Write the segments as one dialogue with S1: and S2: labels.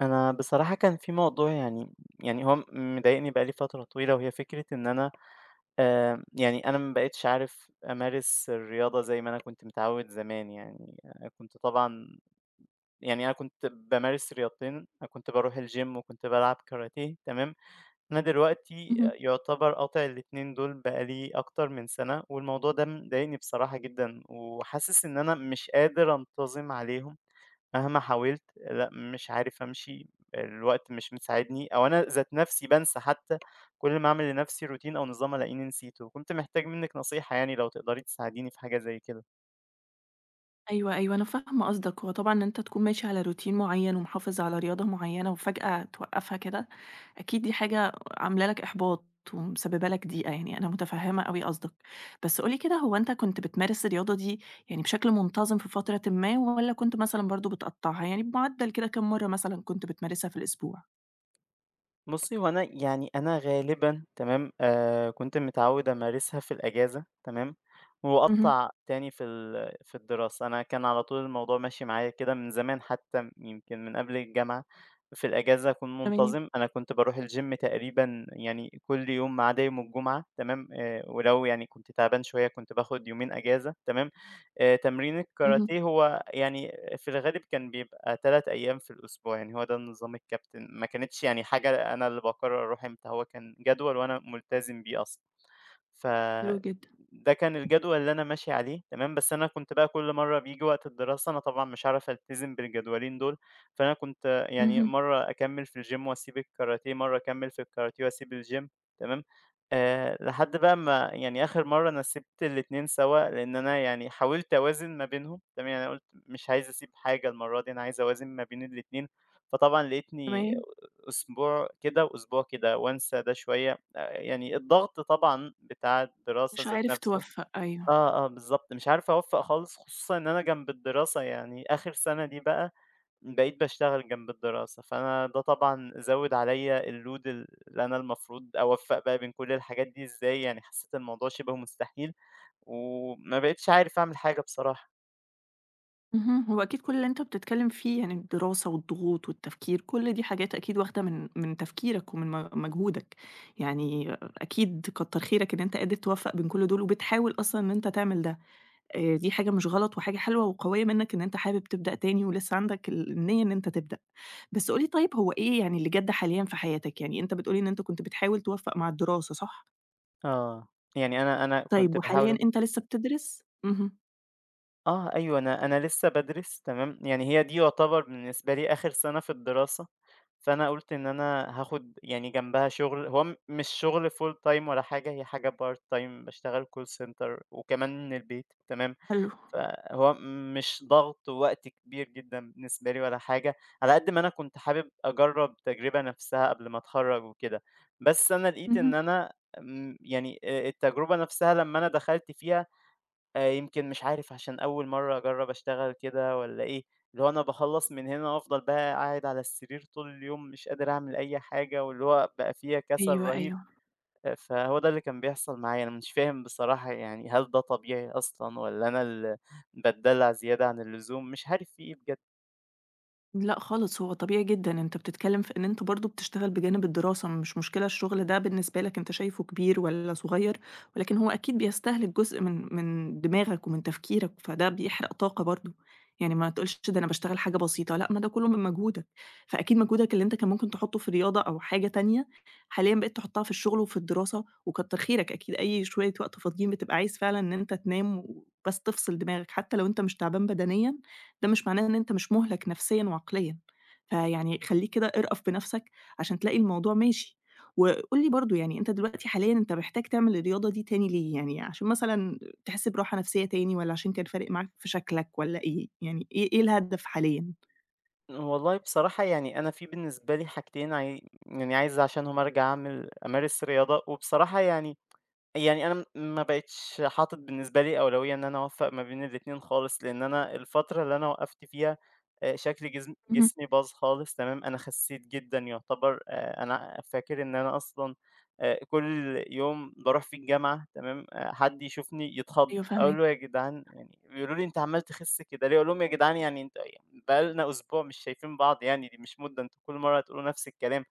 S1: أنا بصراحة كان في موضوع يعني. هو مضايقني بقى لي فترة طويلة، وهي فكرة إن أنا ما بقيتش عارف أمارس الرياضة زي ما أنا كنت متعود زمان، يعني أنا كنت طبعًا. يعني أنا كنت بامارس رياضتين، أنا كنت باروح الgym وكنت بالعب كاراتيه تمام، أنا دلوقتي
S2: اهم.
S1: يعتبر قاطع الاتنين دول بقى لي أكتر من سنة، والموضوع ده مضايقني بصراحة جدًا، وحاسس إن أنا مش قادر أنتظم عليهم. مهما حاولت. لأ، مش عارف أمشي، الوقت مش مساعدني أو أنا ذات نَفْسي بانسى حتى، كل ما أعمل لنَفْسي routine أو نظام ألاقيني نسيته، كنت محتاج منِّك نصيحة يعني لو تقدري تساعديني في حاجة زي كده.
S2: أيوه، أيوه، أنا فاهمة قصدك، هو طبعًا إن أنت تكون ماشي على روتين معيّن ومحافظ على رياضة معيّنة وفجأة توقّفها كده، أكيد دي حاجة عاملة لك إحباط ومسببة لك ضيقة يعني، أنا متفهمة أوي قصدك. بس قُل لي كده هو أنت كنت بتمارس الرياضة دي يعني بشكل منتظم في فترةٍ ما، والّا كنت مثلًا برضه بتقطّعها؟ يعني بمعدل كده كام مرة مثلًا كنت بتمارسها في الأسبوع؟
S1: بُصّي، هو أنا يعني أنا غالبًا تمام، كنت متعوّد أمارسها في الأجازة تمام،
S2: اهم،
S1: وأقطّع تاني في الدراسة، أنا كان على طول الموضوع ماشي معايا كده من زمان حتى يمكن من قبل الجامعة، في الأجازة أكون
S2: تمام،
S1: منتظم، أنا كنت باروح الgym تقريبًا يعني كل يوم ما عدا يوم الجمعة تمام، ولو يعني كنت تعبان شوية كنت باخد يومين أجازة تمام، تمرين
S2: اهم،
S1: الكاراتيه هو يعني في الغالب كان بيبقى 3 أيام في الأسبوع، يعني هو ده نظام الكابتن، ما كانتش يعني حاجة أنا اللي باقرر أروح إمتى، هو كان جدول وأنا ملتزم بيه أصلًا.
S2: حلو جدًا،
S1: فده كان الجدول اللي أنا ماشي عليه تمام، بس أنا كنت بقى كل مرّة بييجي وقت الدراسة أنا طبعًا مش هاعرف ألتزم بالجدولين دول، فأنا كنت يعني
S2: اهم،
S1: مرّة أكمّل في الgym وأسيب الكاراتيه، مرّة أكمّل في الكاراتيه وأسيب الgym تمام، لحد بقى ما يعني آخر مرّة أنا سِبت الاتنين سوا، لإن أنا يعني حاولت أوازن ما بينهم تمام، يعني أنا قُلت مش عايز أسيب حاجة المرّة دي، أنا عايز أوازن ما بين الاتنين، فطبعًا لقيتني
S2: تمام،
S1: أسبوع كده وأسبوع كده، وأنسى ده شوية. يعني الضغط طبعًا بتاع الدراسة
S2: مش
S1: ذات
S2: عارف
S1: نَفْسه.
S2: توفّق، أيوه.
S1: آه، آه، بالضبط، مش عارف أوفّق خالص خصوصًا إن أنا جنب الدراسة يعني آخِر سَنة دي بقى بقيت باشتغل جنب الدراسة، فأنا ده طبعًا زوِّد عليّا الload اللي أنا المفروض أوفّق بقى بين كل الحاجات دي إزاي، يعني حسّيت الموضوع شِبه مستحيل وما بقيتش عارف أعمل حاجة بصراحة.
S2: اهم، هو أكيد كل اللي أنت بتتكلم فيه يعني الدراسة والضغوط والتفكير، كل دي حاجات أكيد واخدة من تفكيرك ومن مجهودك، يعني أكيد كتّر خيرك إن أنت قادر توفّق بين كل دول وبتحاول أصلًا إن أنت تعمل ده، دي حاجة مش غلط وحاجة حلوة وقوية منّك إن أنت حابب تبدأ تاني ولسه عندك النيّة إن أنت تبدأ، بس قُل لي طيب هو إيه يعني اللي جَد حاليًا في حياتك؟ يعني أنت بتقول لي إن أنت كنت بتحاول توفّق مع الدراسة صح؟
S1: آه، يعني أنا كنت
S2: طيب وحاليًا
S1: باحاول.
S2: أنت لسه بتدرس؟ اهم،
S1: آه، أيوه، أنا لسه بادرس تمام، يعني هي دي يعتبر بالنسبة لي آخر سَنة في الدراسة، فأنا قُلت إن أنا هاخد يعني جنبها شُغل، هو مش شُغل full time ولا حاجة، هي حاجة part time باشتغل call center وكمان من البيت تمام،
S2: حلو،
S1: فهو مش ضغط وقت كبير جدًا بالنسبة لي ولا حاجة، على قد ما أنا كنت حابب أجرّب التجربة نَفْسها قبل ما أتخرّج وكده، بس أنا لقيت إن
S2: اهم،
S1: أنا آمم، يعني التجربة نَفْسها لمّا أنا دخلت فيها. يمكن مش عارف عشان أول مرّة أجرّب أشتغل كده والّا إيه، اللي هو أنا باخلّص من هنا وأفضل بقى قاعد على السرير طول اليوم مش قادر أعمل أي حاجة، واللي هو بقى فيها كسل
S2: أيوه،
S1: رهيب،
S2: أيوه.
S1: فهو ده اللي كان بيحصل معايا، أنا مش فاهم بصراحة يعني هل ده طبيعي أصلًا والّا أنا اللي باتدلّع زيادة عن اللزوم، مش عارف في إيه بجد.
S2: لأ خالص، هو طبيعي جدًا، أنت بتتكلم في إن أنت برضه بتشتغل بجانب الدراسة، مش مشكلة الشغل ده بالنسبة لك أنت شايفه كبير والّا صغير، ولكن هو أكيد بيستهلك جزء من دماغك ومن تفكيرك، فده بيحرق طاقة برضه، يعني ما تقولش ده أنا باشتغل حاجة بسيطة، لأ ما ده كله من مجهودك، فأكيد مجهودك اللي أنت كان ممكن تحطه في رياضة أو حاجة تانية، حاليًا بقيت تحطها في الشغل وفي الدراسة، وكتر خيرك أكيد أي شوية وقت فاضيين بتبقى عايز فعلًا إن أنت تنام وبس تفصل دماغك، حتى لو أنت مش تعبان بدنيًا ده مش معناه إن أنت مش مُهلَك نفسيًا وعقليًا، فيعني خلّيك كده ارأف بنفسك عشان تلاقي الموضوع ماشي. وقُل لي برضه يعني أنت دلوقتي حاليًا أنت محتاج تعمل الرياضة دي تاني ليه؟ يعني عشان مثلًا تحس براحة نفسية تاني والّا عشان كان فارق معاك في شكلك والّا إيه؟ يعني إيه الهدف حاليًا؟
S1: والله بصراحة يعني أنا في بالنسبة لي حاجتين يعني عايز عشانهم أرجع أمارس رياضة، وبصراحة يعني يعني أنا ما بقيتش حاطط بالنسبة لي أولوية إن أنا أوفّق ما بين الاتنين خالص، لإن أنا الفترة اللي أنا وقّفت فيها شكل
S2: اهم.
S1: جسمي باظ خالص تمام، أنا خسيت جدًا يعتبر. أنا فاكر إن أنا أصلًا كل يوم باروح فيه الجامعة تمام، حد يشوفني يتخض،
S2: أيوه
S1: أقول
S2: فاهماك.
S1: له: "يا جدعان"، يعني بيقولوا لي: "أنت عمّال تخس كده ليه؟" أقول لهم: "يا جدعان يعني أنت بقى لنا أسبوع مش شايفين بعض يعني، دي مش مدة، أنتم كل مرّة هتقولوا نفس الكلام."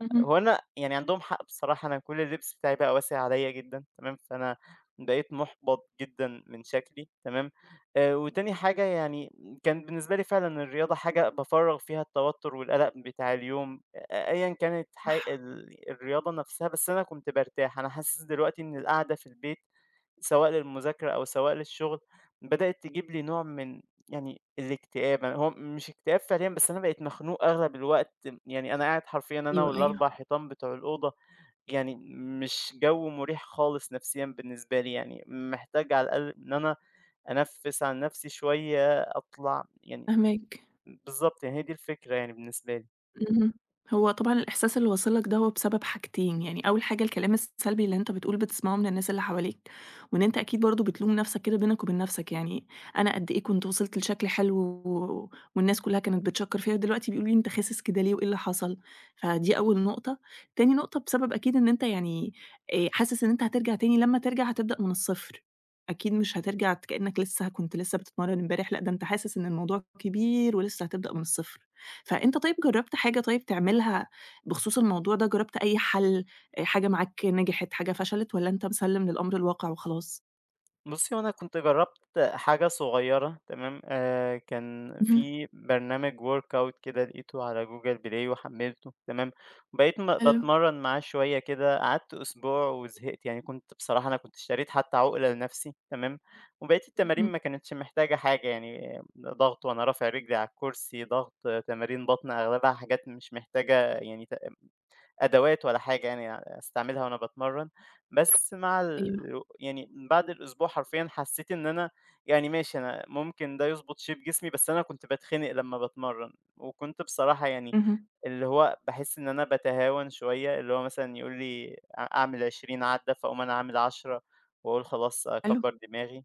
S2: اهم.
S1: أنا يعني عندهم حق بصراحة، أنا كل اللبس بتاعي بقى واسع عليَّ جدًا تمام، فأنا بقيت مُحبَط جدًا من شكلي تمام، وتاني حاجة يعني كان بالنسبة لي فعلًا الرياضة حاجة بافرّغ فيها التوتُّر والقلق بتاع اليوم، أيًا كانت ح ال الرياضة نفسها، بس أنا كنت بارتاح. أنا حاسس دلوقتي إن القعدة في البيت سواء للمذاكرة أو سواء للشغل، بدأت تجيب لي نوع من يعني الاكتئاب. أنا هو مش اكتئاب فعليًا، بس أنا بقيت مخنوق أغلب الوقت، يعني أنا قاعد حرفيًا أنا
S2: أيوه،
S1: وال4
S2: أيوه،
S1: حيطان بتوع الأوضة، يعني مش جو مُريح خالص نفسيًا بالنسبة لي، يعني محتاج على الأقل إن أنا أنفِّس عن نفسي شوية، أطلع يعني.
S2: فاهماك.
S1: بالضبط، يعني هي دي الفكرة يعني بالنسبة لي.
S2: اهم. هو طبعًا الإحساس اللي واصل لك ده هو بسبب حاجتين، يعني أول حاجة الكلام السلبي اللي أنت بتقول بتسمعه من الناس اللي حواليك، وإن أنت أكيد برضه بتلوم نفسك كده بينك وبين نفسك، يعني أنا قد إيه كنت وصلت لشكل حلو والناس كلها كانت بتشكّر فيّا ودلوقتي بيقولوا لي أنت خاسس كده ليه وإيه اللي حصل؟ فدي أول نقطة، تاني نقطة بسبب أكيد إن أنت يعني حاسس إن أنت هترجع تاني لمّا ترجع هتبدأ من الصفر، أكيد مش هترجع كأنك لسه كنت لسه بتتمرن امبارح، لأ ده أنت حاسس إن الموضوع كبير ولسه هتبدأ من الصفر. فأنت طيب جرّبت حاجة طيب تعملها بخصوص الموضوع ده، جرّبت أي حَل، حاجة معاك نجحت، حاجة فشلت، والّا أنت مسلِّم للأمر الواقع وخلاص؟
S1: بُصّي، هو أنا كنت جرّبت حاجة صغيّرة تمام، كان
S2: اهم.
S1: في برنامج workout كده لقيته على Google Play وحمّلته تمام، بقيت
S2: حلو.
S1: باتمرّن معاه شوية كده، قعدت أسبوع وزهقت، يعني كنت بصراحة أنا كنت اشتريت حتى عُقلة لنَفْسي تمام، وبقيت التمارين
S2: اهم.
S1: ما كانتش محتاجة حاجة، يعني ضغط وأنا رافع رجلي على الكرسي، ضغط، تمارين بطن، أغلبها حاجات مش محتاجة يعني ت أدوات ولا حاجة يعني أستعملها وأنا باتمرّن، بس مع ال
S2: أيوه.
S1: يعني بعد الأسبوع حرفيًا حسّيت إن أنا. يعني ماشي أنا ممكن ده يضبط shape جسمي، بس أنا كنت باتخنق لمّا باتمرّن، وكنت بصراحة يعني
S2: اهم.
S1: اللي هو باحس إن أنا باتهاون شوية، اللي هو مثلًا يقول لي أعمل 20 عَدّة، فاقوم أنا عامل 10 وأقول خلاص
S2: حلو.
S1: أكبّر دماغي.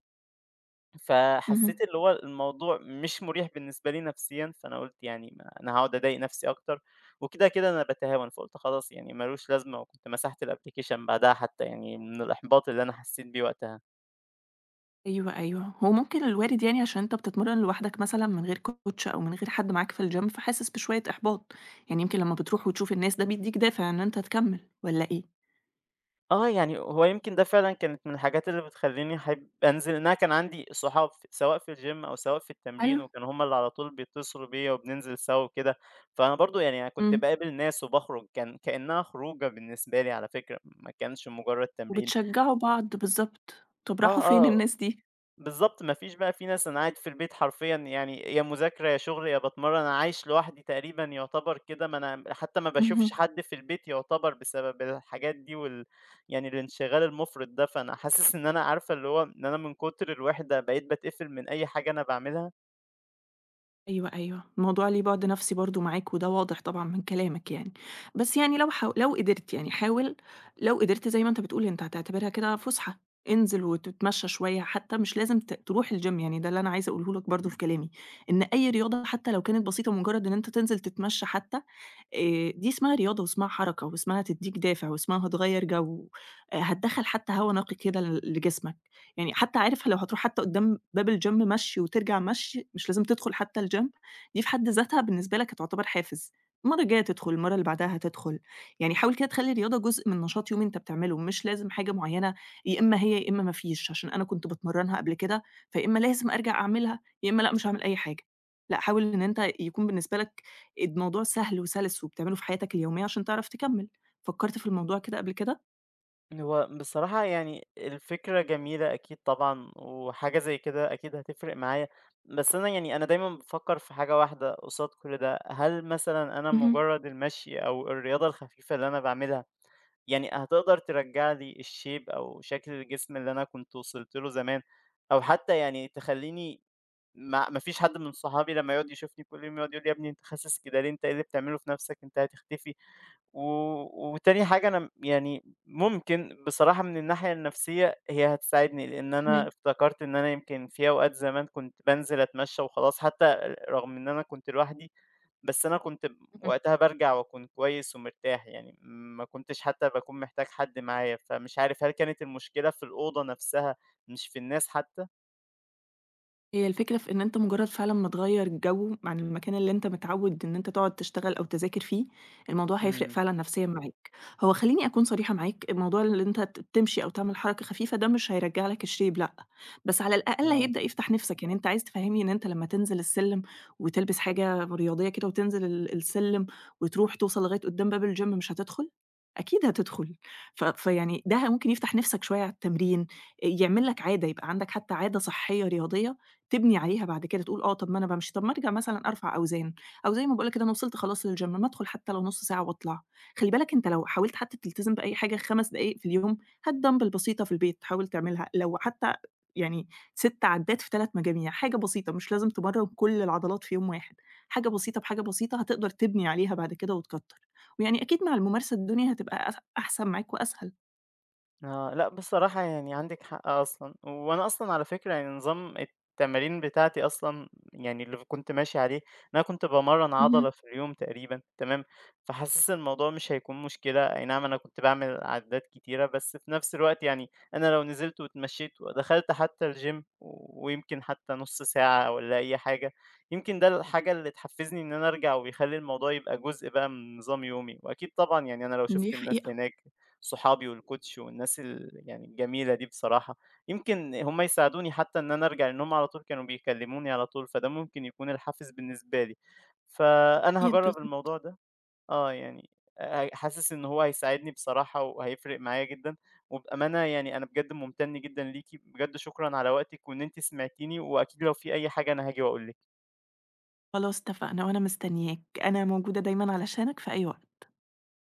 S1: فحسيت
S2: اهم.
S1: اللي هو الموضوع مش مُريح بالنسبة لي نفسيًا، فأنا قُلت يعني ما أنا هاقعد أضايق نفسي أكتر، وكده، كده أنا باتهاون، فقُلت خلاص يعني ما لوش لازمة، وكنت مسحت الapplication بعدها حتى يعني من الإحباط اللي أنا حسيت بيه وقتها.
S2: أيوه، أيوه. هو ممكن الوارد يعني عشان أنت بتتمرّن لوحدك مثلًا من غير coach أو من غير حد معاك في الgym، فحاسس بشوية إحباط. يعني يمكن لمّا بتروح وتشوف الناس ده بيدّيك دافع إن أنت تكمّل والّا إيه؟
S1: آه، يعني هو يمكن ده فعلًا كانت من الحاجات اللي بتخلّيني أحب أنزل، إن أنا كان عندي صحاب سواء في الgym أو سواء في التمرين،
S2: حلو.
S1: وكانوا هُم اللي على طول بيتصلوا بيّا وبننزل سوا وكده، فأنا برضه يعني أنا كنت
S2: إمم.
S1: باقابل ناس وباخرج، كان كإنها خروجة بالنسبة لي على فكرة، ما كانش مجرد تمرين.
S2: وبتشجّعوا بعض بالضبط. طب
S1: آه،
S2: راحوا فين
S1: آه.
S2: الناس دي؟
S1: بالضبط، ما فيش بقى في ناس، أنا قاعد في البيت حرفيًا يعني يا مذاكرة، يا شغل، يا باتمرّن، أنا عايش لوحدي تقريبًا يُعتبر كده، ما أنا حتى ما باشوفش
S2: اهم.
S1: حد في البيت يُعتبر بسبب الحاجات دي يعني الانشغال المُفرط ده، فأنا حاسس إن أنا عارفة اللي هو إن أنا من كُتر الوِحدة بقيت باتقفل من أي حاجة أنا باعملها.
S2: أيوه، أيوه. الموضوع ليه بُعد نَفْسي برضه معاك وده واضح طبعًا من كلامك يعني. بس يعني لو قدرت يعني حاول لو قدرت زي ما أنت بتقول أنت هتعتبرها كده فُسحة، انزل وتتمشّى شوية حتّى مش لازم تروح الgym يعني ده اللي أنا عايزة أقوله لك برضه في كلامي، إن أي رياضة حتّى لو كانت بسيطة مجرّد إن أنت تنزل تتمشّى حتّى دي اسمها رياضة واسمها حركة واسمها هتدّيك دافع واسمها هتغيّر جو، هتدخّل حتى هوا نقي كده لجسمك، يعني حتى عارف لو هتروح حتى قدّام باب الgym مشي وترجع مشي، مش لازم تدخل حتى الgym، دي في حد ذاتها بالنسبة لك هتعتبر حافز، المرّة الجاية تدخل، المرّة اللي بعدها هتدخل، يعني حاول كده تخلّي الرياضة جزء من نشاط يومي أنت بتعمله، مش لازم حاجة معيّنة يا إمّا هي يا إمّا ما فيش، عشان أنا كنت باتمرّنها قبل كده، فيا إمّا لازم أرجع أعملها، يا إمّا لأ مش هاعمل أي حاجة، لأ حاول إن أنت يكون بالنسبة لك الموضوع سهل وسَلِس وبتعمله في حياتك اليومية عشان تعرف تكمّل، فكّرت في الموضوع كده قبل كده؟
S1: هو بصراحة يعني الفكرة جميلة أكيد طبعًا، وحاجة زي كده أكيد هتفرق معايا، بس أنا يعني أنا دايمًا بافكر في حاجة واحدة قصاد كل ده، هل مثلًا أنا
S2: اهم،
S1: مجرد المشي أو الرياضة الخفيفة اللي أنا باعملها، يعني هتقدر ترجّع لي الshape أو شكل الجسم اللي أنا كنت وصلت له زمان، أو حتى يعني تخلّيني. ما فيش حد من صحابي لمّا يقعد يشوفني كل يوم يقعد يقول لي: "يا ابني أنت خاسس كده ليه؟ أنت إيه اللي بتعمله في نَفْسك؟ أنت هتختفي." و وتاني حاجة أنا يعني ممكن بصراحة من الناحية النفسية هي هتساعدني، لإن أنا
S2: فاهماك.
S1: افتكرت إن أنا يمكن في أوقات زمان كنت بانزل أتمشى وخلاص، حتى رغم إن أنا كنت لوحدي، بس أنا كنت
S2: اهم.
S1: وقتها بارجع وأكون كويس ومرتاح، يعني ما كنتش حتى باكون محتاج حد معايا، فمش عارف هل كانت المشكلة في الأوضة نَفْسها مش في الناس حتى؟
S2: هي الفكرة في إن أنت مجرد فعلًا ما تغيّر جو عن المكان اللي أنت متعود إن أنت تقعد تشتغل أو تذاكر فيه، الموضوع هيفرق
S1: إمم.
S2: فعلًا نفسيًا معاك. هو خلّيني أكون صريحة معاك، الموضوع اللي أنت تمشي أو تعمل حركة خفيفة ده مش هيرجّع لك الshape لأ، بس على الأقل
S1: ف
S2: هيبدأ يفتح نِفسك، يعني أنت عايز تفهّمني إن أنت لمّا تنزل السلِّم وتلبس حاجة رياضية كده وتنزل السلِّم وتروح توصل لغاية قدّام باب الgym مش هتدخل؟ أكيد هتدخل. فيعني ده ممكن يفتح نِفسك شوية على التمرين، يعمل لك عادة، يبقى عندك حتى عادة صحية رياضية تبني عليها بعد كده، تقول آه، طب ما أنا بامشي، طب ما أرجع مثلًا أرفع أوزان، أو زي ما باقول لك كده أنا وصلت خلاص للgym ما أدخل حتى لو نُص ساعة وأطلع. خلّي بالك أنت لو حاولت حتى تلتزم بأي حاجة 5 دقايق في اليوم، هات دمبل بسيطة في البيت حاول تعملها، لو حتى يعني 6 عدّات في 3 مجاميع، حاجة بسيطة مش لازم تمرّن كل العضلات في يوم واحد، حاجة بسيطة بحاجة بسيطة هتقدر تبني عليها بعد كده وتكتر. ويعني أكيد مع الممارسة الدنيا هتبقى أحسن معاك وأسهل.
S1: آه، لأ بصراحة يعني عندِك حق أصلًا، وأنا أصلًا على فكرة يعني نظام التمارين بتاعتي أصلًا يعني اللي كنت ماشي عليه، إن أنا كنت بامرّن
S2: اهم،
S1: عضلة في اليوم تقريبًا تمام، فحاسس الموضوع مش هيكون مشكلة، أي نعم أنا كنت باعمل عدات كتيرة، بس في نفس الوقت يعني أنا لو نزلت واتمشيت ودخلت حتى الgym ويمكن حتى نُص ساعة والّا أي حاجة، يمكن ده الحاجة اللي تحفزني إن أنا أرجع ويخلّي الموضوع يبقى جزء بقى من نظام يومي، وأكيد طبعًا يعني أنا لو
S2: دي
S1: شُفت الناس
S2: حقيقة،
S1: هناك صحابي والcoach والناس ال يعني الجميلة دي بصراحة، يمكن هم يساعدوني حتى إن أنا أرجع لأن هم على طول كانوا بيكلموني على طول، فده ممكن يكون الحافز بالنسبة لي. فأنا
S2: أكيد
S1: هاجرّب
S2: بالضبط.
S1: الموضوع ده، آه يعني. حاسس إن هو هيساعدني بصراحة وهيفرق معايا جدًا، وبأمانة يعني أنا بجد ممتن جدًا ليكِ، بجد شكرًا على وقتِك وإن أنتِ سمعتيني، وأكيد لو في أي حاجة أنا هاجي وأقول لِك.
S2: خلاص اتفقنا وأنا مستنياك، أنا موجودة دايمًا علشانك في أي وقت.